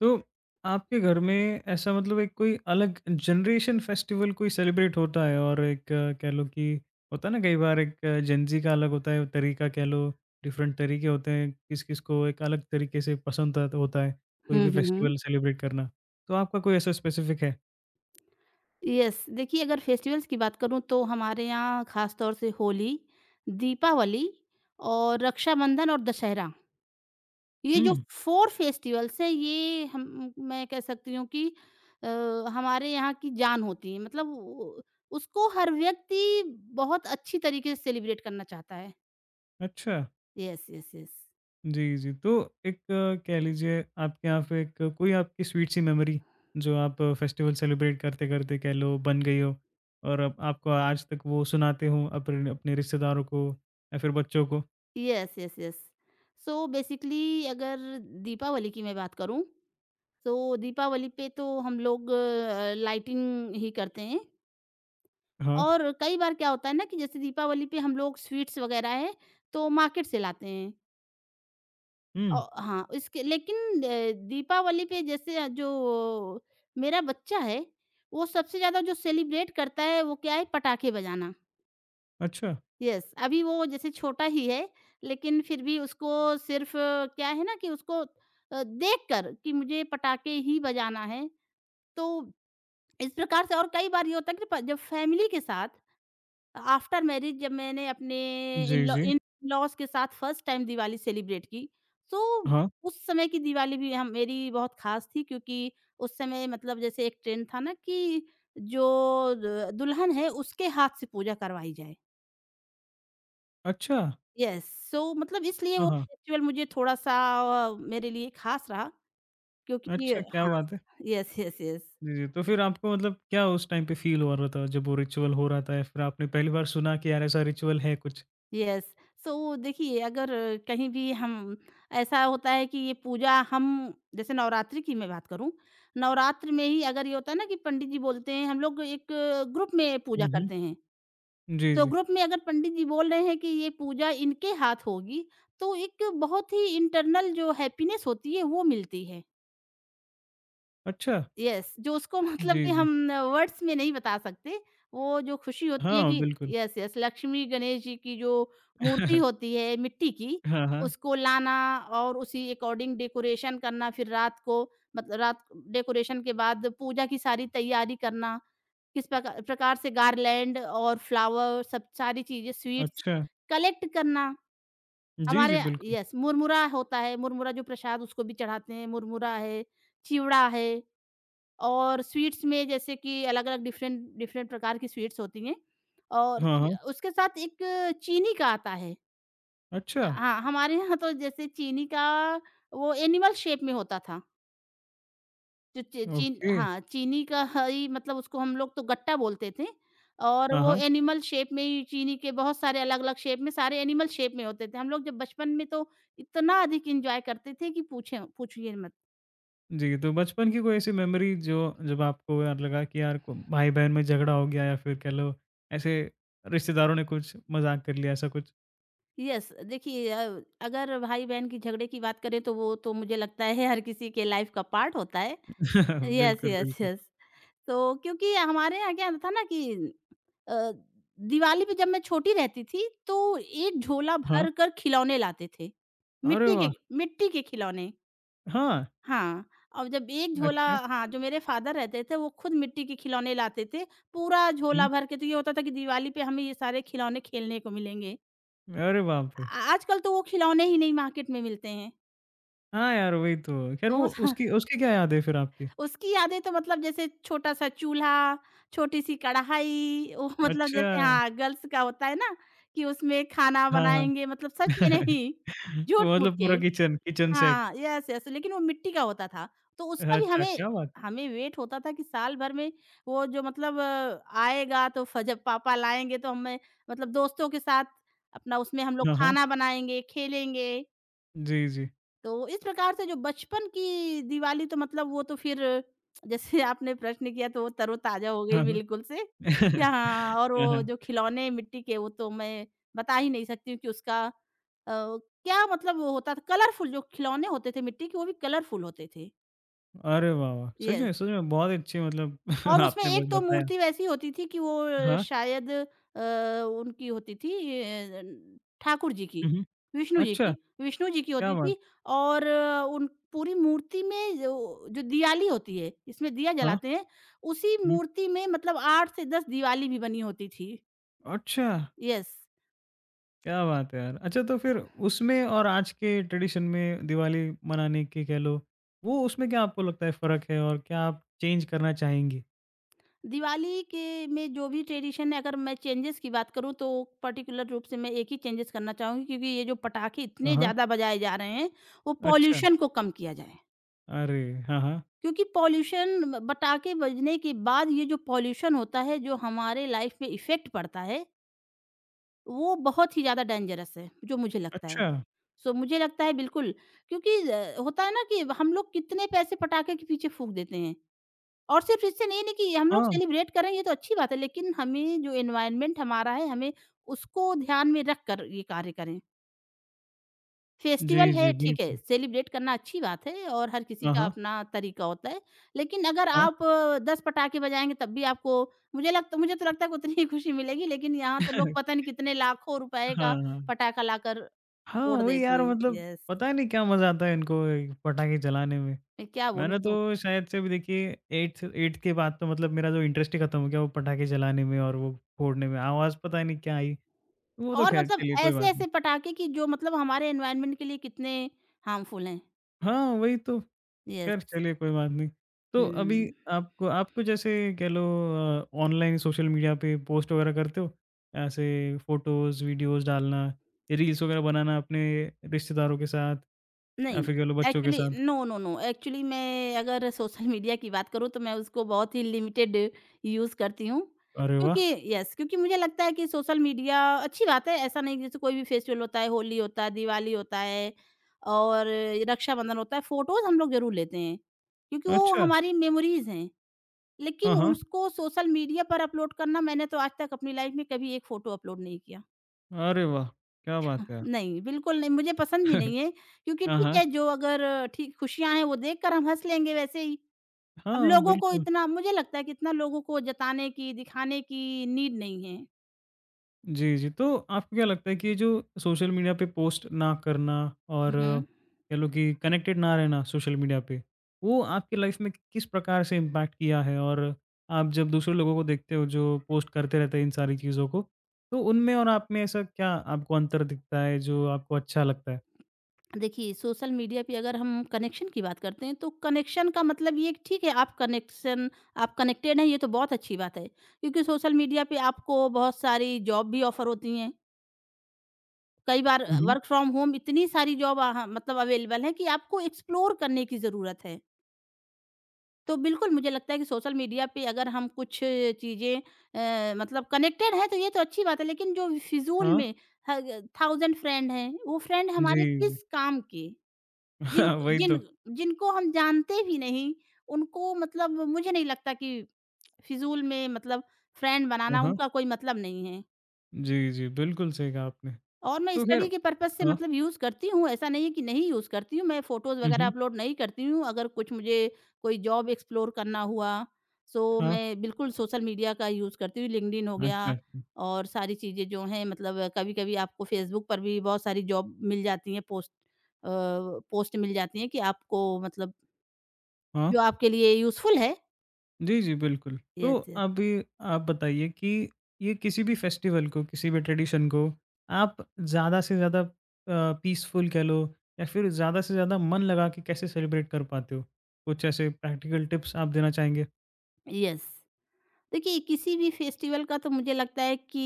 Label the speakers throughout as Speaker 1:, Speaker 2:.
Speaker 1: तो आपके घर में ऐसा मतलब एक कोई अलग जनरेशन फेस्टिवल कोई सेलिब्रेट होता है और एक कह लो कि होता है ना कई बार एक जेंजी का अलग होता है तरीका कह लो। डिफरेंट तरीके होते हैं किस किस को एक अलग तरीके से पसंद होता है कोई
Speaker 2: हुँ,
Speaker 1: भी
Speaker 2: हुँ, हुँ।
Speaker 1: फेस्टिवल सेलिब्रेट करना। तो आपका कोई ऐसा स्पेसिफिक है?
Speaker 2: यस, देखिए अगर फेस्टिवल्स की बात करूँ तो हमारे यहाँ ख़ास तौर से होली, दीपावली और रक्षाबंधन और दशहरा। ये जो
Speaker 1: हम्म।
Speaker 2: 4 फेस्टिवल्स हैं ये हम मैं कह सकती हूँ कि अ, हमारे यहाँ की जान होती है। मतलब उ उसको हर व्यक्ति बहुत अच्छी तरीके से सेलिब्रेट करना चाहता है।
Speaker 1: अच्छा।
Speaker 2: Yes, yes, yes.
Speaker 1: जी, जी। तो एक कह लीजिए आपके यहाँ पे एक कोई आपकी स्वीट सी मेमोरी जो आप फेस्टिवल सेलिब्रेट करते-करते कह लो बन गई हो और अब आपको आज तक वो सुनाते हो अपने अपने रिश्तेदारों को या फिर बच्चों को?
Speaker 2: Yes, yes, yes. So basically अगर दीपावली की मैं बात करूँ तो दीपावली पे तो हम लोग लाइटिंग ही करते हैं।
Speaker 1: हाँ।
Speaker 2: और कई बार क्या होता है ना कि जैसे दीपावली पे हम लोग स्वीट्स वगैरह है तो मार्केट से लाते हैं। औ
Speaker 1: हुँ।
Speaker 2: हाँ, इसके लेकिन दीपावली पे जैसे जो मेरा बच्चा है, वो सबसे ज़्यादा जो सेलिब्रेट करता है वो क्या है पटाखे बजाना।
Speaker 1: अच्छा।
Speaker 2: यस, अभी वो जैसे छोटा ही है, लेकिन फिर भी उसको सिर्फ़ क्या है ना कि उसको देखकर कि मुझे पटाखे ही बजाना है, तो इस प्रकार से। और कई बार ये होता है कि प जब फैमिली के साथ आफ्टर मैरिज जब मैंने अपने
Speaker 1: जी, जी।
Speaker 2: इन-लॉज़ के साथ फर्स्ट टाइम दिवाली सेलिब्रेट की, तो
Speaker 1: हाँ।
Speaker 2: उस समय की दिवाली भी हम मेरी बहुत ख़ास थी क्योंकि उस समय मतलब जैसे एक ट्रेंड था ना कि जो द दुल्हन है उसके हाथ से पूजा करवाई जाए।
Speaker 1: अच्छा!
Speaker 2: यस, सो मतलब इसलिए
Speaker 1: हाँ,
Speaker 2: वो
Speaker 1: हाँ।
Speaker 2: फेस्टिवल मुझे थोड़ा-सा मेरे लिए ख़ास रहा क्योंकि
Speaker 1: अच्छा, क्या
Speaker 2: हाँ,
Speaker 1: बात है।
Speaker 2: Yes, yes, yes.
Speaker 1: जी, जी। तो फिर आपको मतलब क्या उस टाइम पे फ़ील हो रहा था जब वो रिचुअल हो रहा था या फिर आपने पहली बार सुना कि यार ऐसा रिचुअल है कुछ?
Speaker 2: यस, सो देखिए अगर कहीं भी हम ऐसा होता है कि ये पूजा हम जैसे नवरात्रि की मैं बात करूं, नवरात्र में ही अगर ये होता है ना कि पंडित जी बोलते हैं हम लोग एक ग्रुप में पूजा
Speaker 1: हुँ, हुँ।
Speaker 2: करते हैं।
Speaker 1: जी,
Speaker 2: तो
Speaker 1: जी।
Speaker 2: ग्रुप में अगर पंडित जी बोल रहे हैं कि ये पूजा इनके हाथ होगी तो एक बहुत ही इंटरनल जो हैप्पीनेस होती है वो मिलती है।
Speaker 1: अच्छा!
Speaker 2: यस, जो उसको मतलब
Speaker 1: जी,
Speaker 2: कि
Speaker 1: जी।
Speaker 2: हम वर्ड्स में नहीं बता सकते, वो जो खुशी होती है
Speaker 1: हाँ,
Speaker 2: कि
Speaker 1: बिल्कुल।
Speaker 2: यस, यस, लक्ष्मी गणेश जी की जो मूर्ति होती है मिट्टी की,
Speaker 1: हाँ, हाँ।
Speaker 2: उसको लाना और उसी अकॉर्डिंग डेकोरेशन करना, फिर रात को मतलब रात डेकोरेशन के बाद पूजा की सारी तैयारी करना, किस प्रकार से गार्लैंड और फ्लावर सब सारी चीज़ें, स्वीट्स
Speaker 1: अच्छा।
Speaker 2: कलेक्ट करना।
Speaker 1: जी, जी,
Speaker 2: हमारे
Speaker 1: बिल्कुल।
Speaker 2: यस, मुरमुरा होता है, मुरमुरा जो प्रसाद उसको भी चढ़ाते हैं, मुरमुरा है, चिवड़ा है। और स्वीट्स में जैसे कि अलग-अलग डिफ़रेंट डिफ़रेंट प्रकार की स्वीट्स होती हैं और
Speaker 1: हाँ,
Speaker 2: स्वी
Speaker 1: हाँ।
Speaker 2: उसके साथ एक चीनी का आता है।
Speaker 1: अच्छा,
Speaker 2: हाँ, हमारे यहाँ तो जैसे चीनी का वो एनिमल शेप में होता था। जो ची चीन
Speaker 1: ओके।
Speaker 2: हाँ, चीनी का हई मतलब उसको हम लोग तो गट्टा बोलते थे। और
Speaker 1: हाँ,
Speaker 2: वो
Speaker 1: हाँ।
Speaker 2: एनिमल शेप में ही चीनी के बहुत सारे अलग-अलग शेप में सारे एनिमल शेप में होते थे। हम लोग जब बचपन में तो इतना अधिक एन्जॉय करते थे कि पूछें पूछिए मत।
Speaker 1: जी, तो बचपन की कोई ऐसी मेमोरी जो जब आपको यार लगा कि यार को भाई-बहन में झगड़ा हो गया या फिर कह लो ऐसे रिश्तेदारों ने कुछ मज़ाक कर लिया, ऐसा कुछ?
Speaker 2: यस, देखिए अगर भाई बहन की झगड़े की बात करें तो वो तो मुझे लगता है हर किसी के लाइफ का पार्ट होता है। यस,
Speaker 1: बिल्कुल,
Speaker 2: यस,
Speaker 1: बिल्कुल।
Speaker 2: यस, तो क्योंकि हमारे यहाँ क्या था ना कि अ, दिवाली पे जब मैं छोटी रहती थी तो एक झोला
Speaker 1: हाँ।
Speaker 2: भर कर खिलौने लाते थे,
Speaker 1: अरे
Speaker 2: मिट्टी
Speaker 1: वाह!
Speaker 2: के, मिट्टी के खिलौने।
Speaker 1: हाँ,
Speaker 2: हाँ, और जब एक झोला,
Speaker 1: अच्छा।
Speaker 2: हाँ, जो मेरे फादर रहते थे वो खुद मिट्टी के खिलौने लाते थे पूरा झोला
Speaker 1: हुँ।
Speaker 2: भर के, तो ये होता था कि दिवाली पे हमें ये सारे खिलौने खेलने को मिलेंगे।
Speaker 1: अरे बाप रे!
Speaker 2: आजकल तो वो खिलौने ही नहीं मार्केट में मिलते हैं।
Speaker 1: हाँ यार, वही तो। खैर
Speaker 2: तो
Speaker 1: वो उसकी उसकी क्या याद है फिर आपकी?
Speaker 2: उसकी यादें तो मतलब जैसे छोटा-सा चूल्हा, छोटी-सी कढ़ाई वो मतलब
Speaker 1: अच्छा।
Speaker 2: जैसे हाँ, गर्ल्स का होता है ना कि उसमें खाना
Speaker 1: हाँ, हाँ।
Speaker 2: बनाएँगे, मतलब सच में नहीं, झूठ-मूठ
Speaker 1: मतलब
Speaker 2: के।
Speaker 1: पूरा किचन किचन सेट।
Speaker 2: हाँ, यस, यस, लेकिन वो मिट्टी का होता था। तो उसका भी
Speaker 1: अच्छा,
Speaker 2: हमें
Speaker 1: क्या बात है!
Speaker 2: हमें वेट होता था कि साल भर में वो जो मतलब आएगा तो फ जब पापा लाएँगे तो हमें मतलब दोस्तों के साथ अपना उसमें हम लोग
Speaker 1: हाँ, हाँ।
Speaker 2: खाना बनाएँगे, खेलेंगे।
Speaker 1: जी, जी।
Speaker 2: तो इस प्रकार से जो बचपन की दिवाली तो मतलब वो तो फिर जैसे आपने प्रश्न किया तो वो तरोताज़ा हो गई
Speaker 1: हाँ,
Speaker 2: बिल्कुल से। कि
Speaker 1: हाँ।
Speaker 2: हाँ, और
Speaker 1: हाँ,
Speaker 2: वो
Speaker 1: हाँ।
Speaker 2: जो खिलौने मिट्टी के वो तो मैं बता ही नहीं सकती हूँ कि उसका क्या मतलब, वो होता था कलरफुल, जो खिलौने होते थे मिट्टी के वो भी कलरफुल होते थे।
Speaker 1: अरे वाह, वाह! सच
Speaker 2: यस।
Speaker 1: में, सच में बहुत अच्छी मतलब
Speaker 2: और उसमें
Speaker 1: आपने
Speaker 2: एक
Speaker 1: ब
Speaker 2: तो
Speaker 1: बताया।
Speaker 2: मूर्ति वैसी होती थी कि वो
Speaker 1: हाँ।
Speaker 2: शायद उनकी होती थी अ, न ठाकुर जी की,
Speaker 1: हुँ, हुँ।
Speaker 2: विष्णु जी की,
Speaker 1: अच्छा,
Speaker 2: विष्णु जी की
Speaker 1: क्या
Speaker 2: होती
Speaker 1: बात!
Speaker 2: थी। और उन पूरी मूर्ति में जो जो दियाली होती है, इसमें दिया
Speaker 1: हाँ,
Speaker 2: जलाते हैं, उसी
Speaker 1: हुँ।
Speaker 2: मूर्ति में मतलब 8 से 10 दिवाली भी बनी होती थी।
Speaker 1: अच्छा,
Speaker 2: यस,
Speaker 1: क्या बात है यार! अच्छा तो फिर उसमें और आज के ट्रेडिशन में दिवाली मनाने की कह लो, वो उसमें क्या आपको लगता है फ़र्क है और क्या आप चेंज करना चाहेंगी?
Speaker 2: दिवाली के में जो भी ट्रेडिशन है अगर मैं चेंजेज़ की बात करूँ तो पर्टिकुलर रूप से मैं एक ही चेंजेज़ करना चाहूँगी क्योंकि ये जो पटाखे
Speaker 1: हाँ,
Speaker 2: इतने
Speaker 1: हाँ।
Speaker 2: ज़्यादा बजाए जा रहे हैं, वो
Speaker 1: अच्छा।
Speaker 2: पॉल्यूशन को कम किया जाए।
Speaker 1: अरे! हाँ, हाँ।
Speaker 2: क्योंकि पॉल्यूशन पटाखे बजने के बाद ये जो पॉल्यूशन होता है, जो हमारे लाइफ में इफ़ेक्ट पड़ता है, वो बहुत ही ज़्यादा डेंजरस है, जो मुझे लगता है।
Speaker 1: अच्छा!
Speaker 2: सो मुझे लगता है बिल्कुल क्योंकि होता है ना कि हम लोग कितने पैसे पटाखे के पीछे फूँक देते हैं। और सिर्फ़ इससे नहीं, नहीं कि हम लोग
Speaker 1: हाँ।
Speaker 2: सेलिब्रेट कर रहे हैं, ये तो अच्छी बात है, लेकिन हमें जो एनवायरनमेंट हमारा है, हमें उसको ध्यान में रख कर ये कार्य करें।
Speaker 1: जी,
Speaker 2: फेस्टिवल है,
Speaker 1: जी,
Speaker 2: ठीक है,
Speaker 1: बिल्कुल।
Speaker 2: सेलिब्रेट करना अच्छी बात है और हर किसी
Speaker 1: हाँ,
Speaker 2: का
Speaker 1: हाँ।
Speaker 2: अपना तरीका होता है। लेकिन अगर
Speaker 1: हाँ।
Speaker 2: आप 10 पटाखे बजाएँगे तब भी आपको मुझे तो लगता है कि उतनी ही खुशी मिलेगी, लेकिन यहाँ तो लोग पता नहीं कितने लाखों रुपए का
Speaker 1: हाँ, हाँ।
Speaker 2: पटाखा लाकर
Speaker 1: हाँ,
Speaker 2: फोड़
Speaker 1: वही
Speaker 2: देते
Speaker 1: यार
Speaker 2: हैं।
Speaker 1: मतलब
Speaker 2: यस,
Speaker 1: पता नहीं क्या मज़ा आता है इनको ये पटाखे चलाने में।
Speaker 2: मैं क्या
Speaker 1: मैंने
Speaker 2: बोलूँ तो
Speaker 1: तो शायद से भी देखिए 8th के बाद तो मतलब मेरा जो इंटरेस्ट ही खत्म हो गया वो पटाखे चलाने में और वो फोड़ने में। आवाज़ पता नहीं क्या आई, वो तो
Speaker 2: और
Speaker 1: ख़ैर
Speaker 2: मतलब
Speaker 1: चलिए कोई बात नहीं।
Speaker 2: ऐसे-ऐसे पटाखे कि जो मतलब हमारे एनवायरनमेंट के लिए कितने हार्मफुल हैं।
Speaker 1: हाँ, वही तो। ख़ैर
Speaker 2: यस,
Speaker 1: चलिए कोई बात नहीं। तो अभी
Speaker 2: हुँ।
Speaker 1: आपको, आपको जैसे कह लो ऑनलाइन सोशल मीडिया पे पोस्ट वग़ैरह करते हो? ऐसे फ़ोटोज़, वीडियोज़ डालना, रील्स वग़ैरह बनाना अपने रिश्तेदारों के साथ या
Speaker 2: नहीं,
Speaker 1: फिर कह लो बच्चों के
Speaker 2: एक्चुअली
Speaker 1: साथ?
Speaker 2: नो, नो, नो, एक्चुअली मैं अगर सोशल मीडिया की बात करूँ तो मैं उसको बहुत ही लिमिटेड यूज़ करती हूँ।
Speaker 1: अरे वाह!
Speaker 2: क्योंकि यस, क्योंकि मुझे लगता है कि सोशल मीडिया अच्छी बात है, ऐसा नहीं कि जैसे कोई भी फेस्टिवल होता है, होली होता है, दिवाली होता है और रक्षाबंधन होता है, फ़ोटोज़ हम लोग ज़रूर लेते हैं, क्योंकि वो
Speaker 1: अच्छा!
Speaker 2: हमारी मेमोरीज़ हैं।
Speaker 1: हाँ,
Speaker 2: लेकिन
Speaker 1: हाँ।
Speaker 2: उसको सोशल मीडिया पर अपलोड करना मैंने तो आज तक अपनी लाइफ़ में कभी एक फ़ोटो अपलोड नहीं किया।
Speaker 1: अरे वाह! क्या बात है यार।
Speaker 2: नहीं, बिल्कुल नहीं, मुझे पसंद भी नहीं है क्योंकि
Speaker 1: हाँ,
Speaker 2: ठीक है,
Speaker 1: हाँ।
Speaker 2: जो अगर ठीक खुशियाँ हैं वो देखकर हम हँस लेंगे वैसे ही। अब
Speaker 1: हाँ,
Speaker 2: लोगों को
Speaker 1: बिल्कुल।
Speaker 2: इतना मुझे लगता है कि इतना लोगों को जताने की, दिखाने की नीड नहीं है।
Speaker 1: जी, जी। तो आपको क्या लगता है कि ये जो सोशल मीडिया पे पोस्ट ना करना और
Speaker 2: हुँ, हुँ।
Speaker 1: कह लो कि कनेक्टेड ना रहना सोशल मीडिया पे, वो आपकी लाइफ़ में किस प्रकार से इम्पैक्ट किया है? और आप जब दूसरे लोगों को देखते हो जो पोस्ट करते रहते हैं इन सारी चीज़ों को, तो उनमें और आप में ऐसा क्या आपको अंतर दिखता है जो आपको अच्छा लगता है?
Speaker 2: देखिए सोशल मीडिया पे अगर हम कनेक्शन की बात करते हैं तो कनेक्शन का मतलब ये कि ठीक है आप कनेक्टेड हैं ये तो बहुत अच्छी बात है। क्योंकि सोशल मीडिया पे आपको बहुत सारी जॉब भी ऑफ़र होती हैं। कई बार
Speaker 1: हुँ, हुँ।
Speaker 2: वर्क फ्रॉम होम इतनी सारी जॉब अ, ह मतलब अवेलेबल है कि आपको एक्सप्लोर करने की ज़रूरत है। तो बिल्कुल मुझे लगता है कि सोशल मीडिया पे अगर हम कुछ चीज़ें मतलब कनेक्टेड हैं तो ये तो अच्छी बात है, लेकिन जो फिजूल
Speaker 1: हाँ।
Speaker 2: में थाउजेंड फ्रेंड हैं वो फ्रेंड
Speaker 1: जी,
Speaker 2: हमारे
Speaker 1: जी।
Speaker 2: किस काम के, जिन
Speaker 1: हाँ, वही
Speaker 2: जिन
Speaker 1: तो।
Speaker 2: जिनको हम जानते भी नहीं, उनको मतलब मुझे नहीं लगता कि फिजूल में मतलब फ्रेंड
Speaker 1: हाँ,
Speaker 2: बनाना,
Speaker 1: हाँ।
Speaker 2: उनका कोई मतलब नहीं है।
Speaker 1: जी, जी। बिल्कुल सही कहा आपने।
Speaker 2: और मैं
Speaker 1: तो ख़ैर
Speaker 2: स्टडी के पर्पज़ से
Speaker 1: हाँ।
Speaker 2: मतलब यूज़ करती हूँ, ऐसा नहीं है कि नहीं यूज़ करती हूँ, मैं फ़ोटोज़
Speaker 1: हुँ,
Speaker 2: वगैरह
Speaker 1: हुँ।
Speaker 2: अपलोड नहीं करती हूँ, अगर कुछ मुझे कोई जॉब एक्सप्लोर करना हुआ, सो
Speaker 1: हाँ।
Speaker 2: मैं बिल्कुल सोशल मीडिया का यूज़ करती हूँ, लिंक्डइन हो
Speaker 1: अच्छा,
Speaker 2: गया
Speaker 1: अच्छा।
Speaker 2: और सारी चीज़ें जो हैं, मतलब कभी-कभी आपको फ़ेसबुक पर भी बहुत सारी जॉब मिल जाती हैं, अ, पोस्ट मिल जाती हैं कि आपको मतलब
Speaker 1: हाँ।
Speaker 2: जो आपके लिए यूज़फुल है।
Speaker 1: जी, जी, बिल्कुल।
Speaker 2: यस,
Speaker 1: तो
Speaker 2: यस।
Speaker 1: अभी आप बताइए कि ये किसी भी फेस्टिवल को, किसी भी ट्रेडिशन को आप ज़्यादा से ज़्यादा पीसफुल कह लो या फिर ज़्यादा से ज़्यादा मन लगा के कैसे सेलिब्रेट कर पाते हो? कुछ ऐसे प्रैक्टिकल टिप्स आप देना चाहेंगे?
Speaker 2: यस। देखिए किसी भी फेस्टिवल का तो मुझे लगता है कि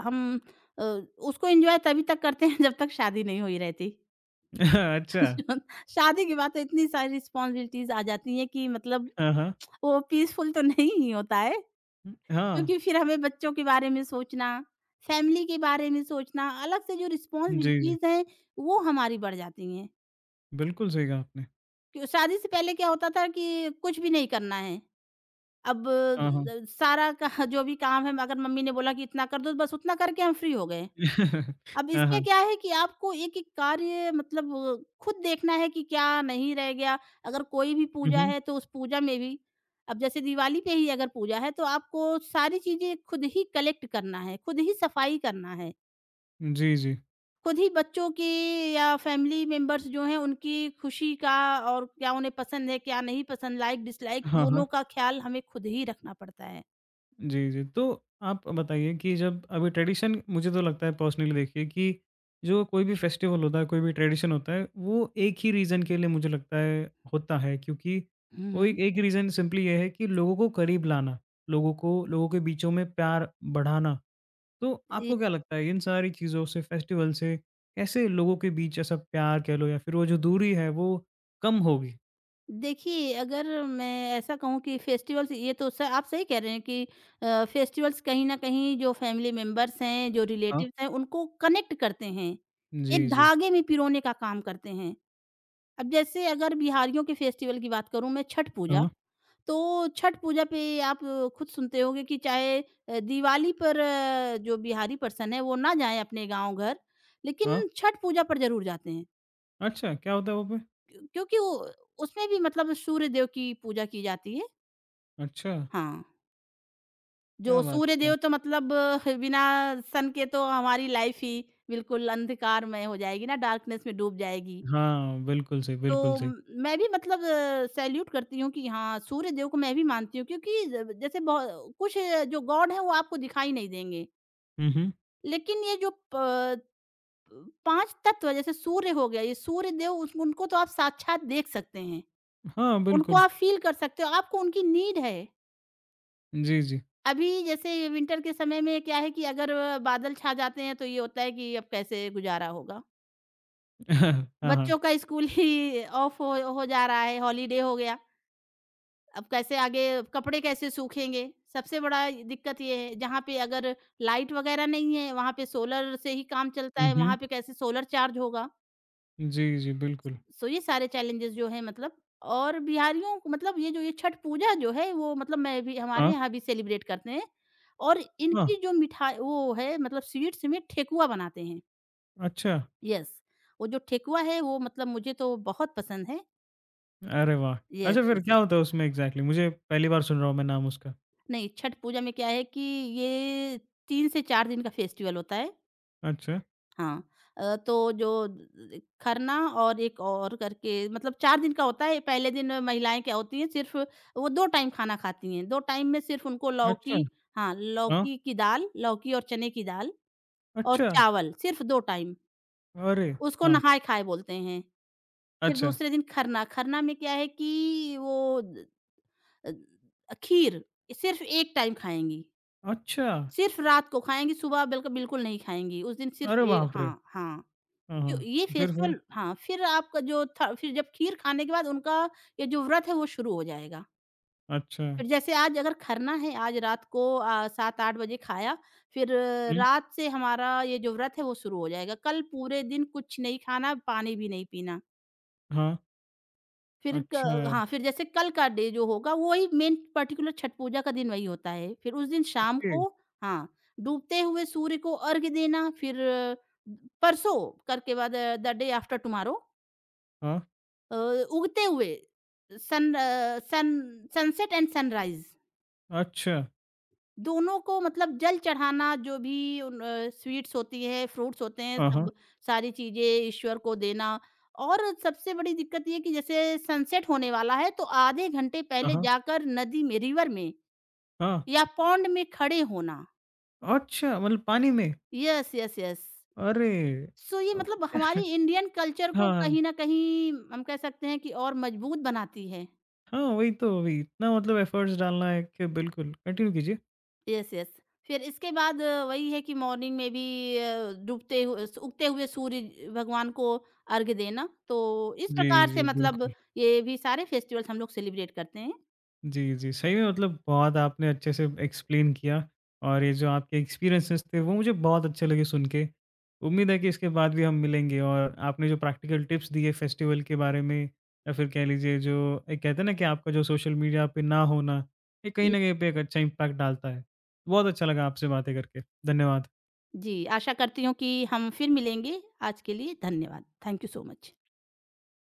Speaker 2: हम अ, उसको एंजॉय तभी तक करते हैं जब तक शादी नहीं हुई रहती।
Speaker 1: अच्छा।
Speaker 2: शादी के बाद तो इतनी सारी रिस्पॉन्सिबिलिटीज आ जाती हैं कि मतलब
Speaker 1: हाँ, हाँ।
Speaker 2: वो पीसफुल तो नहीं ही होता है
Speaker 1: हुँ, हाँ।
Speaker 2: क्योंकि फिर हमें बच्चों के बारे में सोचना, फैमिली के बारे में सोचना, अलग से जो
Speaker 1: जी, जी।
Speaker 2: रिस्पॉन्सिबिलिटीज हैं वो हमारी बढ़ जाती हैं।
Speaker 1: बिल्कुल सही कहा आपने।
Speaker 2: क्यों- शादी से पहले क्या होता था कि कुछ भी नहीं करना है, अब
Speaker 1: हाँ, हाँ।
Speaker 2: सारा का जो भी काम है अगर मम्मी ने बोला कि इतना कर दो, तो बस उतना करके हम फ्री हो गए। अब
Speaker 1: हाँ,
Speaker 2: इसमें
Speaker 1: हाँ।
Speaker 2: क्या है कि आपको एक-एक कार्य मतलब खुद देखना है कि क्या नहीं रह गया। अगर कोई भी
Speaker 1: हुँ,
Speaker 2: पूजा
Speaker 1: हुँ।
Speaker 2: है तो उस पूजा में भी अब जैसे दिवाली पे ही अगर पूजा है तो आपको सारी चीज़ें खुद ही कलेक्ट करना है, खुद ही सफाई करना है।
Speaker 1: जी, जी।
Speaker 2: खुद ही बच्चों की या फैमिली मेंबर्स जो हैं उनकी खुशी का और क्या उन्हें पसंद है, क्या नहीं पसंद, लाइक डिसलाइक
Speaker 1: हाँ,
Speaker 2: दोनों
Speaker 1: हाँ।
Speaker 2: का ख़्याल हमें खुद ही रखना पड़ता है।
Speaker 1: जी, जी। तो आप बताइए कि जब अभी ट्रेडिशन मुझे तो लगता है पर्सनली देखिए कि जो कोई भी फेस्टिवल होता है, कोई भी ट्रेडिशन होता है, वो एक ही रीज़न के लिए मुझे लगता है होता है क्योंकि
Speaker 2: हुँ,
Speaker 1: वो
Speaker 2: हुँ।
Speaker 1: एक एक रीज़न सिंपली ये है कि लोगों को करीब लाना, लोगों को लोगों के बीचों में प्यार बढ़ाना। तो
Speaker 2: ये
Speaker 1: आपको क्या लगता है इन सारी चीज़ों से, फेस्टिवल से कैसे लोगों के बीच ऐसा प्यार कह लो या फिर वो जो दूरी है वो कम होगी?
Speaker 2: देखिए, अगर मैं ऐसा कहूँ कि फेस्टिवल्स ये तो स आप सही कह रहे हैं कि फेस्टिवल्स कहीं न कहीं जो फैमिली मेंबर्स हैं, जो
Speaker 1: हाँ।
Speaker 2: रिलेटिव्स हैं, उनको कनेक्ट करते हैं। एक
Speaker 1: जी, जी।
Speaker 2: धागे में पिरोने का काम करते हैं। अब जैसे अगर बिहारियों के फेस्टिवल की बात करूँ मैं छठ पूजा,
Speaker 1: हाँ।
Speaker 2: तो छठ पूजा पे आप खुद सुनते होंगे कि चाहे दिवाली पर जो बिहारी पर्सन है, वो ना जाएँ अपने गाँव घर,
Speaker 1: हाँ,
Speaker 2: लेकिन छठ पूजा पर ज़रूर जाते हैं।
Speaker 1: अच्छा क्या होता है वो पे?
Speaker 2: क्योंकि वो उसमें भी मतलब सूर्य देव की पूजा की जाती है।
Speaker 1: अच्छा,
Speaker 2: हाँ,
Speaker 1: क्या
Speaker 2: जो
Speaker 1: बात
Speaker 2: सूर्य
Speaker 1: है! क्या
Speaker 2: देव तो मतलब बिना सन के तो हमारी लाइफ ही बिल्कुल अंधकारमय हो जाएगी ना, डार्कनेस में डूब जाएगी।
Speaker 1: हाँ, बिल्कुल सही, बिल्कुल
Speaker 2: तो
Speaker 1: सही।
Speaker 2: म- मैं भी मतलब सैल्यूट करती हूँ कि हाँ, सूर्य देव को मैं भी मानती हूँ क्योंकि ज जैसे बहु कुछ जो गॉड हैं वो आपको दिखाई नहीं देंगे।
Speaker 1: हुँ, हुँ।
Speaker 2: लेकिन ये जो प 5 तत्व जैसे सूर्य हो गया, ये सूर्य देव उस उनको तो आप साक्षात देख सकते हैं।
Speaker 1: हाँ,
Speaker 2: उनको
Speaker 1: बिल्कुल।
Speaker 2: आप फ़ील कर सकते हो, आपको उनकी नीड है।
Speaker 1: जी, जी।
Speaker 2: अभी जैसे विंटर के समय में क्या है कि अगर बादल छा जाते हैं तो ये होता है कि अब कैसे गुज़ारा होगा।
Speaker 1: हाँ, हाँ।
Speaker 2: बच्चों का स्कूल ही ऑफ हो जा रहा है, हॉलिडे हो गया। अब कैसे आगे कपड़े कैसे सूखेंगे? सबसे बड़ा दिक्कत ये है जहाँ पे अगर लाइट वग़ैरह नहीं है, वहाँ पे सोलर से ही काम चलता
Speaker 1: हुँ,
Speaker 2: है,
Speaker 1: हुँ।
Speaker 2: वहाँ पे कैसे सोलर चार्ज होगा?
Speaker 1: जी, जी, बिल्कुल।
Speaker 2: सो ये सारे चैलेंजेस जो हैं मतलब और बिहारियों को मतलब ये जो ये छठ पूजा जो है वो मतलब मैं भी हमारे
Speaker 1: हाँ,
Speaker 2: यहाँ भी सेलिब्रेट करते हैं और
Speaker 1: हाँ।
Speaker 2: इनकी जो मिठाई वो है मतलब स्वीट्स में ठेकुआ बनाते हैं।
Speaker 1: अच्छा,
Speaker 2: यस, वो जो ठेकुआ है वो मतलब मुझे तो बहुत पसंद है।
Speaker 1: अरे वाह!
Speaker 2: यस,
Speaker 1: अच्छा फिर
Speaker 2: यस,
Speaker 1: क्या
Speaker 2: यस।
Speaker 1: होता है उसमें एग्ज़ैक्टली? मुझे पहली बार सुन रहा हूँ मैं नाम उसका।
Speaker 2: नहीं, छठ पूजा में क्या है कि ये 3 से 4 दिन का फेस्टिवल होता है।
Speaker 1: अच्छा,
Speaker 2: हाँ तो जो द खरना और एक और करके मतलब 4 दिन का होता है। पहले दिन महिलाएँ क्या होती हैं सिर्फ़ वो 2 टाइम खाना खाती हैं। 2 टाइम में सिर्फ़ उनको
Speaker 1: अच्छा,
Speaker 2: लौकी हाँ,
Speaker 1: हाँ,
Speaker 2: लौकी की दाल, लौकी और चने की दाल और
Speaker 1: अच्छा,
Speaker 2: चावल सिर्फ़ 2 टाइम।
Speaker 1: अरे!
Speaker 2: उसको
Speaker 1: हाँ,
Speaker 2: नहाए-खाए बोलते हैं। फिर
Speaker 1: अच्छा,
Speaker 2: दूसरे दिन खरना, खरना में क्या है कि वो द खीर सिर्फ़ 1 टाइम खाएँगी।
Speaker 1: अच्छा,
Speaker 2: सिर्फ़ रात को खाएँगी, सुबह बिल्कुल नहीं खाएँगी। उस दिन सिर्फ़
Speaker 1: अरे
Speaker 2: ए
Speaker 1: बाप रे!
Speaker 2: हाँ, हाँ।
Speaker 1: हाँ,
Speaker 2: तो
Speaker 1: हाँ।
Speaker 2: ये
Speaker 1: फिर फिर?
Speaker 2: फेस्टिवल हाँ, फिर आपका जो था फिर जब खीर खाने के बाद उनका ये जो व्रत है वो शुरू हो जाएगा।
Speaker 1: अच्छा,
Speaker 2: फिर जैसे आज अगर खरना है, आज रात को 7-8 बजे खाया, फिर
Speaker 1: हुँ,
Speaker 2: रात से हमारा ये जो व्रत है वो शुरू हो जाएगा। कल पूरे दिन कुछ नहीं खाना, पानी भी नहीं पीना।
Speaker 1: हाँ,
Speaker 2: फिर क
Speaker 1: अच्छा यार,
Speaker 2: हाँ, फिर जैसे कल का डे जो होगा वही मेन पर्टिकुलर छठ पूजा का दिन वही होता है। फिर उस दिन शाम
Speaker 1: ओके,
Speaker 2: को हाँ, डूबते हुए सूर्य को अर्घ्य देना, फिर परसों करके बाद द डे आफ्टर टुमारो
Speaker 1: हाँ,
Speaker 2: अ, उगते हुए सन सनसेट एंड सनराइज
Speaker 1: अच्छा,
Speaker 2: दोनों को मतलब जल चढ़ाना जो भी स्वीट्स होती है, फ्रूट्स होते हैं,
Speaker 1: हाँ, हाँ,
Speaker 2: सब सारी चीज़ें ईश्वर को देना और सबसे बड़ी दिक्कत ये है कि जैसे सनसेट होने वाला है तो आधे घंटे
Speaker 1: हाँ,
Speaker 2: पहले
Speaker 1: हाँ,
Speaker 2: जाकर नदी में, रिवर में
Speaker 1: हाँ,
Speaker 2: या पॉन्ड में खड़े होना।
Speaker 1: अच्छा मतलब पानी में?
Speaker 2: Yes, yes, yes.
Speaker 1: अरे!
Speaker 2: सो ये
Speaker 1: अ,
Speaker 2: मतलब हमारी इंडियन कल्चर को
Speaker 1: हाँ,
Speaker 2: कहीं न कहीं हम कह सकते हैं कि और मजबूत बनाती है।
Speaker 1: हाँ, वही तो, वही इतना मतलब एफर्ट्स डालना है कि बिल्कुल, कंटिन्यू कीजिए।
Speaker 2: Yes, yes. फिर इसके बाद वही है कि मॉर्निंग में भी डूबते हुए उगते हुए सूर्य भगवान को अर्घ्य देना। तो इस
Speaker 1: जी,
Speaker 2: प्रकार
Speaker 1: जी,
Speaker 2: से मतलब
Speaker 1: बिल्कुल।
Speaker 2: ये भी सारे फेस्टिवल्स हम लोग सेलिब्रेट करते हैं।
Speaker 1: जी, जी, सही में मतलब बहुत आपने अच्छे से एक्सप्लेन किया और ये जो आपके एक्सपीरियंसेस थे वो मुझे बहुत अच्छे लगे सुन के। उम्मीद है कि इसके बाद भी हम मिलेंगे और आपने जो प्रैक्टिकल टिप्स दिए फेस्टिवल के बारे में या फिर कह लीजिए जो एक कहते हैं ना कि आपका जो सोशल मीडिया पे ना होना, ये कहीं
Speaker 2: जी।
Speaker 1: न कहीं पे एक अच्छा इम्पैक्ट डालता है। बहुत अच्छा लगा आपसे बातें करके। धन्यवाद।
Speaker 2: जी, आशा करती हूँ कि हम फिर मिलेंगे। आज के लिए धन्यवाद। Thank you so much.